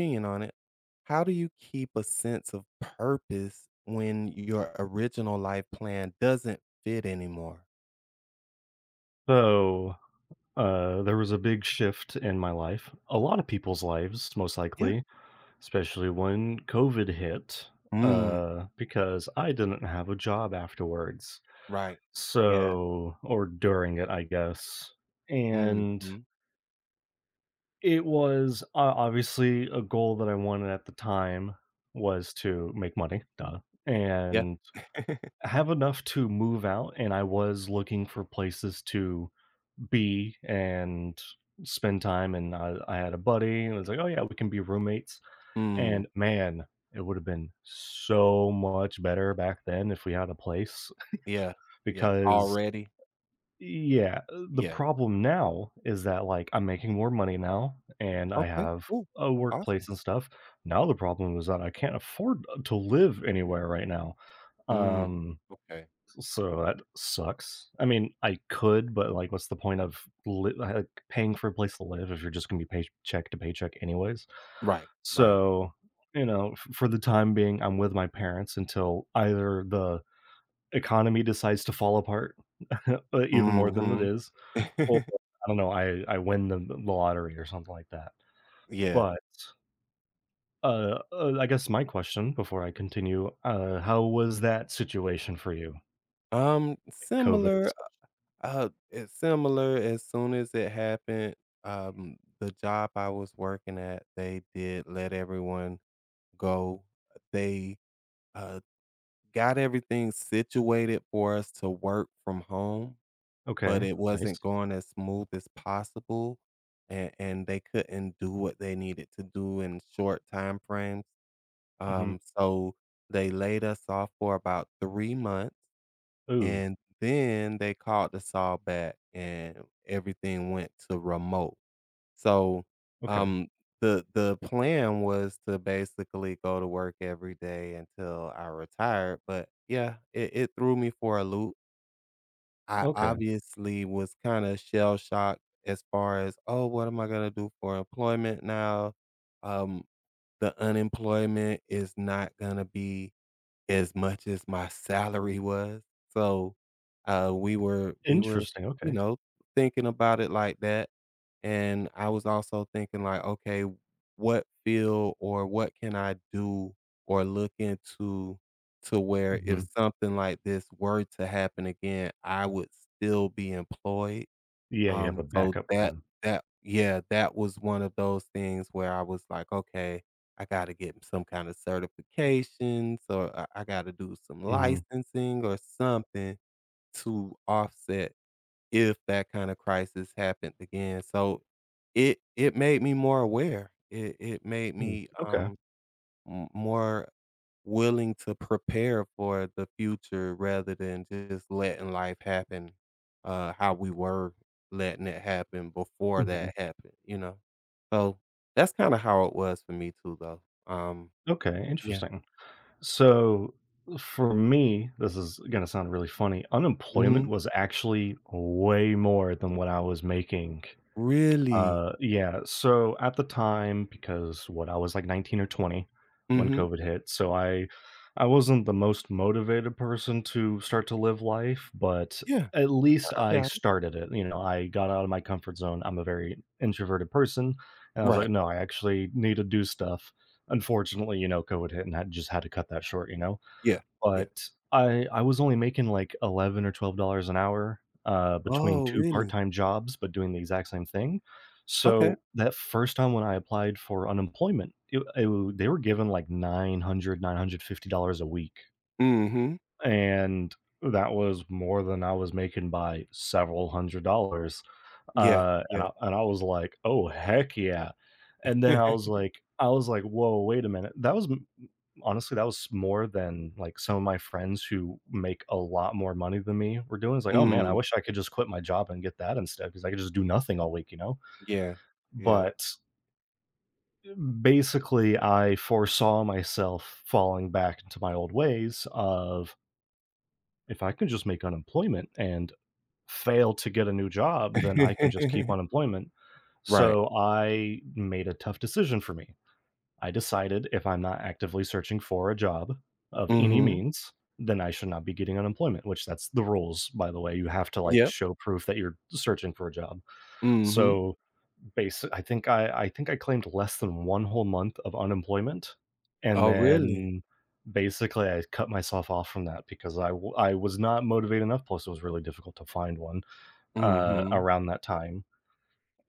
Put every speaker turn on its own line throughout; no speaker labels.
Opinion on it. How do you keep a sense of purpose when your original life plan doesn't fit anymore?
So, there was a big shift in my life, a lot of people's lives, most
Yeah.
likely, especially when COVID hit,
Mm,
because I didn't have a job afterwards.
right. Yeah.
So, or during it, I guess. And
Mhm.
it was obviously a goal that I wanted at the time was to make money, duh,
Yeah.
and have enough to move out. And I was looking for places to be and spend time. And I had a buddy, and it was like, oh yeah, we can be roommates.
Mm,
And man, it would have been so much better back then if we had a place
yeah. Yeah.
because
Already?
yeah, the
Yeah.
problem now is that like I'm making more money now and I
Okay.
have
Cool.
a
Awesome.
workplace and stuff. Now the problem is that I can't afford to live anywhere right now.
Mm,
Um
okay.
so that sucks. I mean, I could, but like, what's the point of like paying for a place to live if you're just going to be paycheck to paycheck anyways?
Right. Right.
So, for the time being, I'm with my parents until either the economy decides to fall apart uh, even more than it
Mhm.
is, or I don't know, I win the lottery or something like that.
Yeah.
But I guess my question before I continue, how was that situation for you?
Um,
COVID and
similar
stuff.
It's similar. As soon as it happened, the job I was working at, they did let everyone go. They uh, got everything situated for us to work from home, but
Okay,
it
nice.
wasn't going as smooth as possible, and, they couldn't do what they needed to do in short time frames.
Mm-hmm.
So they laid us off for about 3 months,
Ooh,
and then they called us all back and everything went to remote. So,
okay,
um, the plan was to basically go to work every day until I retired, but yeah, it threw me for a loop. I
okay.
obviously was kind of shell shocked as far as, oh, what am I gonna do for employment now? Um, the unemployment is not gonna be as much as my salary was. So, we were,
Interesting,
you
okay.
know, thinking about it like that, and I was also thinking like, "Okay, what field or what can I do or look into to where
Mhm.
if something like this were to happen again, I would still be employed?"
Yeah, you have
Um,
a
so
backup
that
plan.
that yeah, that was one of those things where I was like, "Okay, I gotta get some kind of certifications, or I gotta do some
Mhm.
licensing or something to offset if that kind of crisis happened again." So it made me more aware. It made
Mm,
me,
okay.
m more willing to prepare for the future rather than just letting life happen, how we were letting it happen before
Mhm.
that happened, you know? So, that's kinda how it was for me too, though.
Okay,
Yeah.
interesting. So, for me, this is gonna sound really funny, unemployment
Mhm.
was actually way more than what I was making.
Really?
Yeah, so at the time, because what, I was like 19 or 20 when
Mhm.
COVID hit, so I wasn't the most motivated person to start to live life, but
Yeah.
at
I
least
I
I
got it.
started it, you know, I got out of my comfort zone, I'm a very introverted person, and I was like,
Right.
"No, I actually need to do stuff." Unfortunately, you know, COVID hit and I just had to cut that short, you know?
Yeah. Yeah.
But I was only making, like, 11 or $12 an hour, between
Oh,
2
really?
part-time jobs, but doing the exact same thing.
Okay.
So, that first time when I applied for unemployment, it w they were given like, $950 a week,
Mhm.
and that was more than I was making by several hundred dollars.
Yeah.
Uh, and
Yeah.
I and I was like, "Oh, heck yeah." And then I was like I was like, "Whoa, wait a minute." That was m Honestly, that was more than, like, some of my friends who make a lot more money than me were doing. It's like, "Oh, man, I
Mm.
wish I could just quit my job and get that instead because I could just do nothing all week," you know?
Yeah. Yeah.
But basically, I foresaw myself falling back into my old ways of, "If I can just make unemployment and fail to get a new job, then I can just keep unemployment."
Right.
So I made a tough decision for me. I decided if I'm not actively searching for a job of any
Mhm.
means, then I should not be getting unemployment, which that's the rules, by the way. You have to like
Yep.
show proof that you're searching for a job.
Mhm.
So base I think I claimed less than one whole month of unemployment. And
Oh, really?
then basically I cut myself off from that because I was not motivated enough. Plus it was really difficult to find one
Mhm.
around that time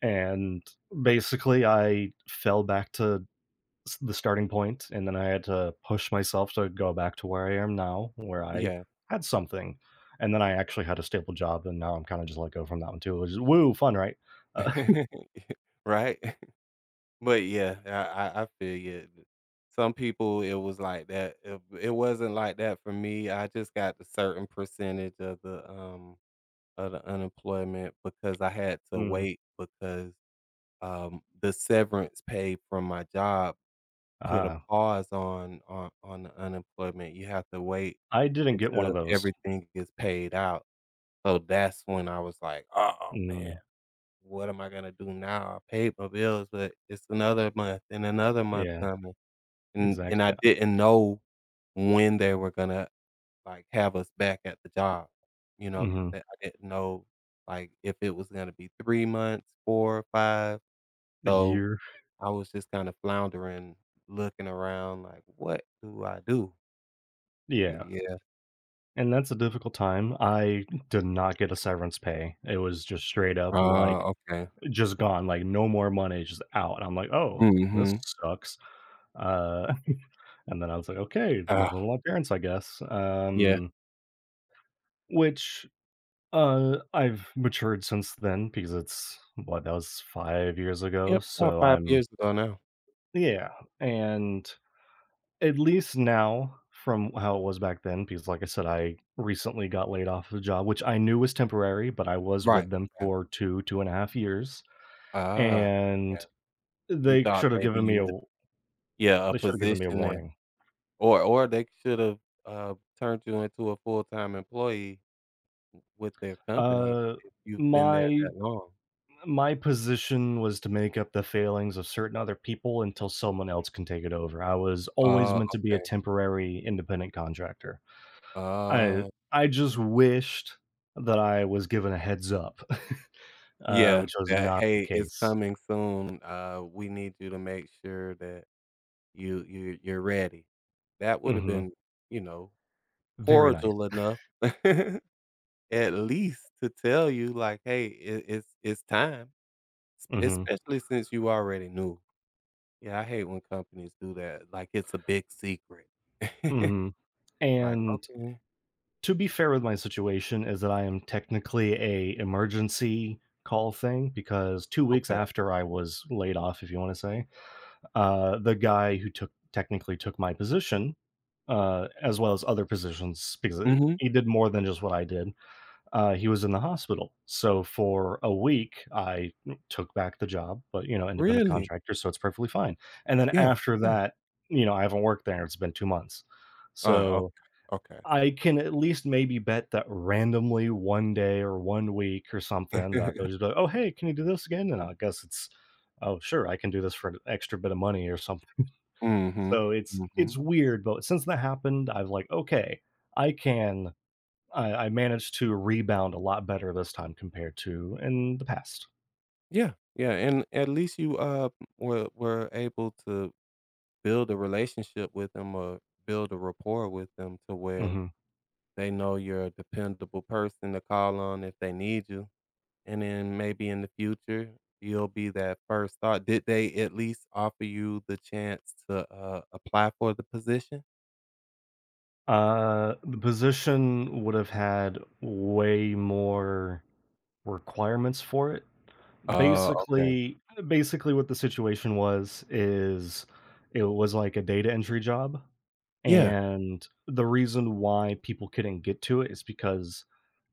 and basically I fell back to the starting point, and then I had to push myself to go back to where I am now, where I
Yeah.
had something, and then I actually had a stable job, and now I'm kind of just let go from that one too, which is woo fun, right? Uh,
Right? But, yeah, I feel you. Some people, it was like that. It wasn't like that for me. I just got a certain percentage of the unemployment because I had to
mm,
wait because, the severance pay from my job put a
ah,
pause on the unemployment. You have to wait
I didn't get one
until
of those.
everything gets paid out. So that's when I was like, "Oh, man,
Mm,
what am I gonna do now? I paid my bills, but it's another month and another month
yeah,
coming, and I
exactly.
didn't know when they were gonna, like, have us back at the job, you know?
Hmm.
That I didn't know, like, if it was gonna be 3 months, 4, 5."
A
So
year,
I was just kinda floundering, looking around like, "What do I do?" But
yeah.
yeah.
And that's a difficult time. I did not get a severance pay. It was just straight up like
Oh, okay.
just gone, like, no more money, just out, and I'm like, "Oh, this
Mhm.
sucks." Uh, and then I was like, "Okay, living
Ah,
with my parents, I guess."
yeah.
Which, I've matured since then because it's what, that was 5 years ago,
Yep, about
so
5
I'm
years ago now.
yeah, and at least now from how it was back then, because like I said, I recently got laid off of a job, which I knew was temporary, but I was
Right,
with them
right.
for two and a half years,
Ah, okay.
and
You
they
thought
should have
maybe
given me
you
a—
would, yeah, a
they should have given me a
position. And
warning.
or they should've, turned you into a full-time employee with their company
Uh,
if you've been there
my
that long.
my position was to make up the failings of certain other people until someone else can take it over. I was always
Oh,
meant to be a
okay.
temporary independent contractor. I
Oh,
I just wished that I was given a heads up,
yeah,
which was
that,
not the
"Hey, it's
case.
coming soon, we need you to make sure that you're ready." That would've
Mhm.
been, you know,
Very nice.
cordial enough at least to tell you like, "Hey, it's time," es
Mhm.
especially since you already knew. Yeah, I hate when companies do that, like it's a big secret.
Mhm.
Like,
And
"Okay,
to be fair with my situation is that I am technically a emergency call thing because 2 weeks
okay."
after I was laid off, if you want to say, the guy who took technically took my position, as well as other positions because
Mhm.
he did more than just what I did. He was in the hospital, so for a week I took back the job, but you know, independent
Really?
contractor, so it's perfectly fine. And then
Yeah,
after
yeah.
that, you know, I haven't worked there; it's been 2 months,
Oh,
so
okay, okay.
I can at least maybe bet that randomly one day or one week or something that they'll just be like, "Oh, hey, can you do this again?" And I guess it's, "Oh, sure, I can do this for an extra bit of money or something."
Mhm,
So it's
mhm.
weird, but since that happened, I've like, okay, I can I managed to rebound a lot better this time compared to in the past.
Yeah, yeah, and at least you, were were able to build a relationship with them or build a rapport with them to where
Hmm.
they know you're a dependable person to call on if they need you. And then maybe in the future, you'll be that first thought. Did they at least offer you the chance to, apply for the position?
The position would have had way more requirements for it.
Oh, okay.
Basically basically what the situation was is it was like a data entry job,
Yeah.
and the reason why people couldn't get to it is because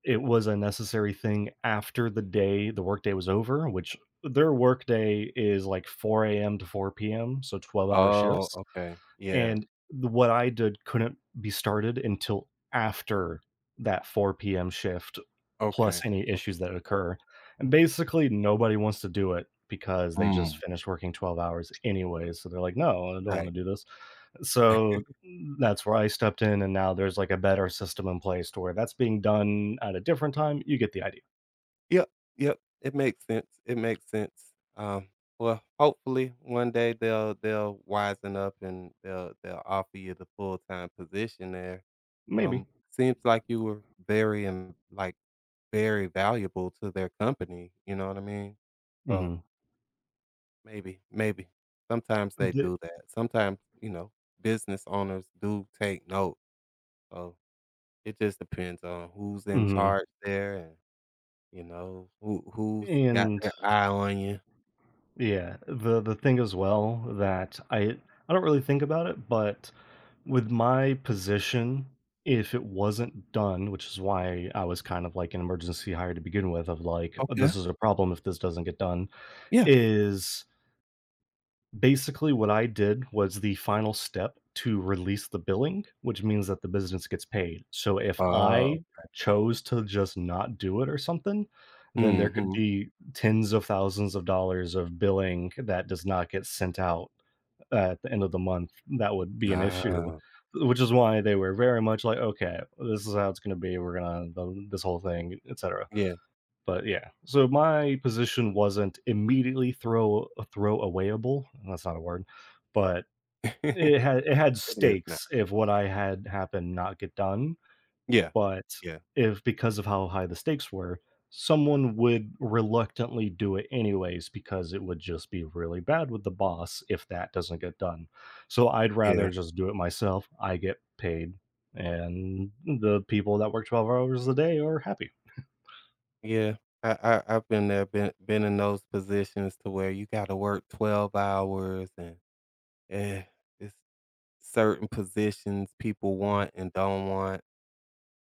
it was a necessary thing after the workday was over, which their workday is like 4 AM to 4 PM, so 12-hour
Oh,
shifts.
okay. Yeah.
And the what I did couldn't be started until after that 4 PM shift,
Okay.
plus any
O
issues that occur, and basically, nobody wants to do it because they just
mm,
finished working 12 hours anyway, so they're like, "No, I don't wanna
right.
do this." So, that's where I stepped in, and now there's, like, a better system in place to where that's being done at a different time, you get the idea.
Yep, yep, it makes sense, it makes sense. Well, hopefully, one day they'll wisen up and they'll offer you the full-time position there.
Maybe.
Um, seems like you were very in like very valuable to their company, you know what I mean? So,
Mhm.
maybe maybe. Sometimes they
The
do that. Sometimes, you know, business owners do take note. So, it just depends on who's in
mhm.
charge there and, you know, who's got
And
their eye on you.
yeah, the thing as well that I— I don't really think about it, but with my position, if it wasn't done, which is why I was kind of like an emergency hire to begin with, of like, "Oh,
Okay.
this is a problem if this doesn't get done,"
Yeah.
is basically what I did was the final step to release the billing, which means that the business gets paid. So if
Oh.
I chose to just not do it or something, then there could
Mhm.
be tens of thousands of dollars of billing that does not get sent out at the end of the month, that would be an issue,
Ah.
which is why they were very much like, "Okay, this is how it's gonna be. We're gonna this whole thing, etc."
Yeah.
But yeah, so my position wasn't immediately throw awayable. That's not a word, but it had
It is now.
stakes if what I had happened not get done.
Yeah.
But
Yeah.
if because of how high the stakes were, someone would reluctantly do it anyways because it would just be really bad with the boss if that doesn't get done. So I'd rather
Yeah.
just do it myself. I get paid and the people that work 12 hours a day are happy.
Yeah, I, I I've been there, been in those positions to where you got to work 12 hours and eh, it's certain positions people
Mm.
want and don't want.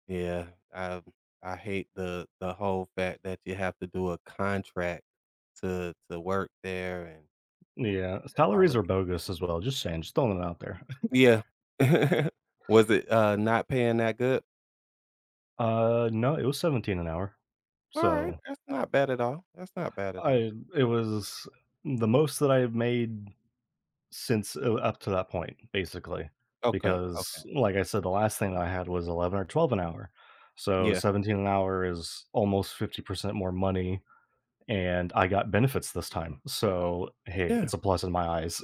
Yeah, I hate the whole fact that you have to do a contract to work there and
Yeah,
all
salaries
of.
are bogus as well, just saying, just throwing it out there.
Yeah. Was it not paying that good?
No, it was 17 an hour.
All right,
So,
that's not bad at all. That's not bad at all.
I it was the most that I made since up to that point, basically,
Okay, okay.
because like I said, the last thing I had was 11 or 12 an hour. So
Yeah.
17 an hour is almost 50% more money, and I got benefits this time. So, hey,
Yeah.
it's a plus in my eyes.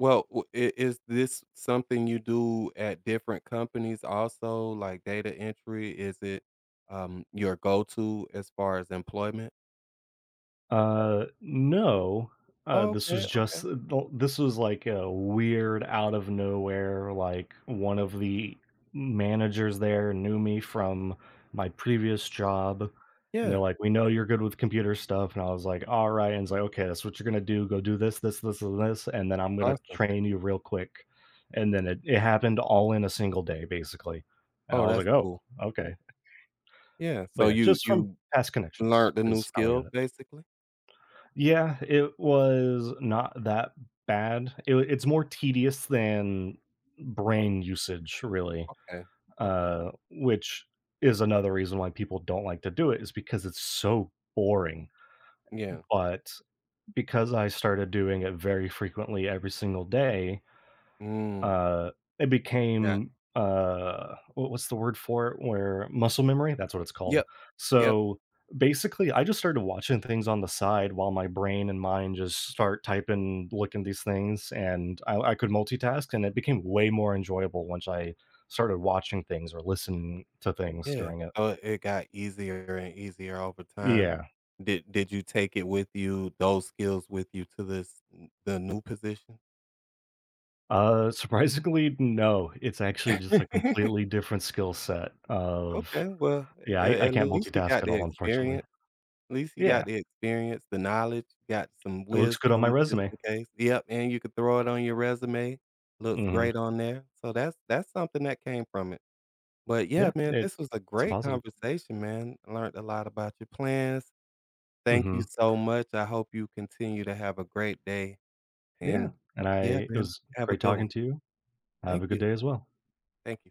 Well, w I is this something you do at different companies also, like data entry? Is it, your go-to as far as employment?
No. Uh,
Oh,
this was
okay, okay.
just this was like a weird out of nowhere, like one of the managers there knew me from my previous job and they're
Yeah,
like we know you're good with computer stuff and I was like all right and it's like okay that's what you're gonna do go do this this this and this and then I'm gonna
awesome.
train you real quick and then it happened all in a single day basically and I
Oh,
was like
that's
oh
cool.
okay
Yeah,
but
so
yeah just from
you
past connections
learned the new
is how I got
skill
it.
basically?
Yeah, it was not that bad. It's more tedious than brain usage, really,
Okay, okay.
which is another reason why people don't like to do it is because it's so boring.
Yeah.
But because I started doing it very frequently every single day,
Mm,
uh, it
got
became, what's the word for it? Where muscle memory? That's what it's called.
Yep, yep,
So basically, I just started watching things on the side while my brain and mind just start typing, looking at these things, and I could multitask, and it became way more enjoyable once I started watching things or listening to things
yeah.
during it.
So it got easier and easier over time.
Yeah.
Did you take it with you, those skills with you to this n the new position?
Surprisingly, no. It's actually just a completely different skill set of
Okay, well,
yeah, I,
a
I
at
can't
least you
multitask
got
at
the
all,
experience.
unfortunately.
At least you got
Yeah.
the experience, the knowledge, you got some
It looks good on my
wisdom just
resume.
in case. Yep, and you could throw it on your resume. Looks
Mhm.
great on there. So that's something that came from it. But yeah,
Yeah,
man,
it
this was a
it's a
great
positive.
conversation, man. I learned a lot about your plans. Thank you
Mhm.
so much. I hope you continue to have a great day.
Yeah,
And
and I
yeah,
it
man,
was
have a
great
good
talking
one.
to you. Have
Thank
a good
you.
day as well.
Thank you.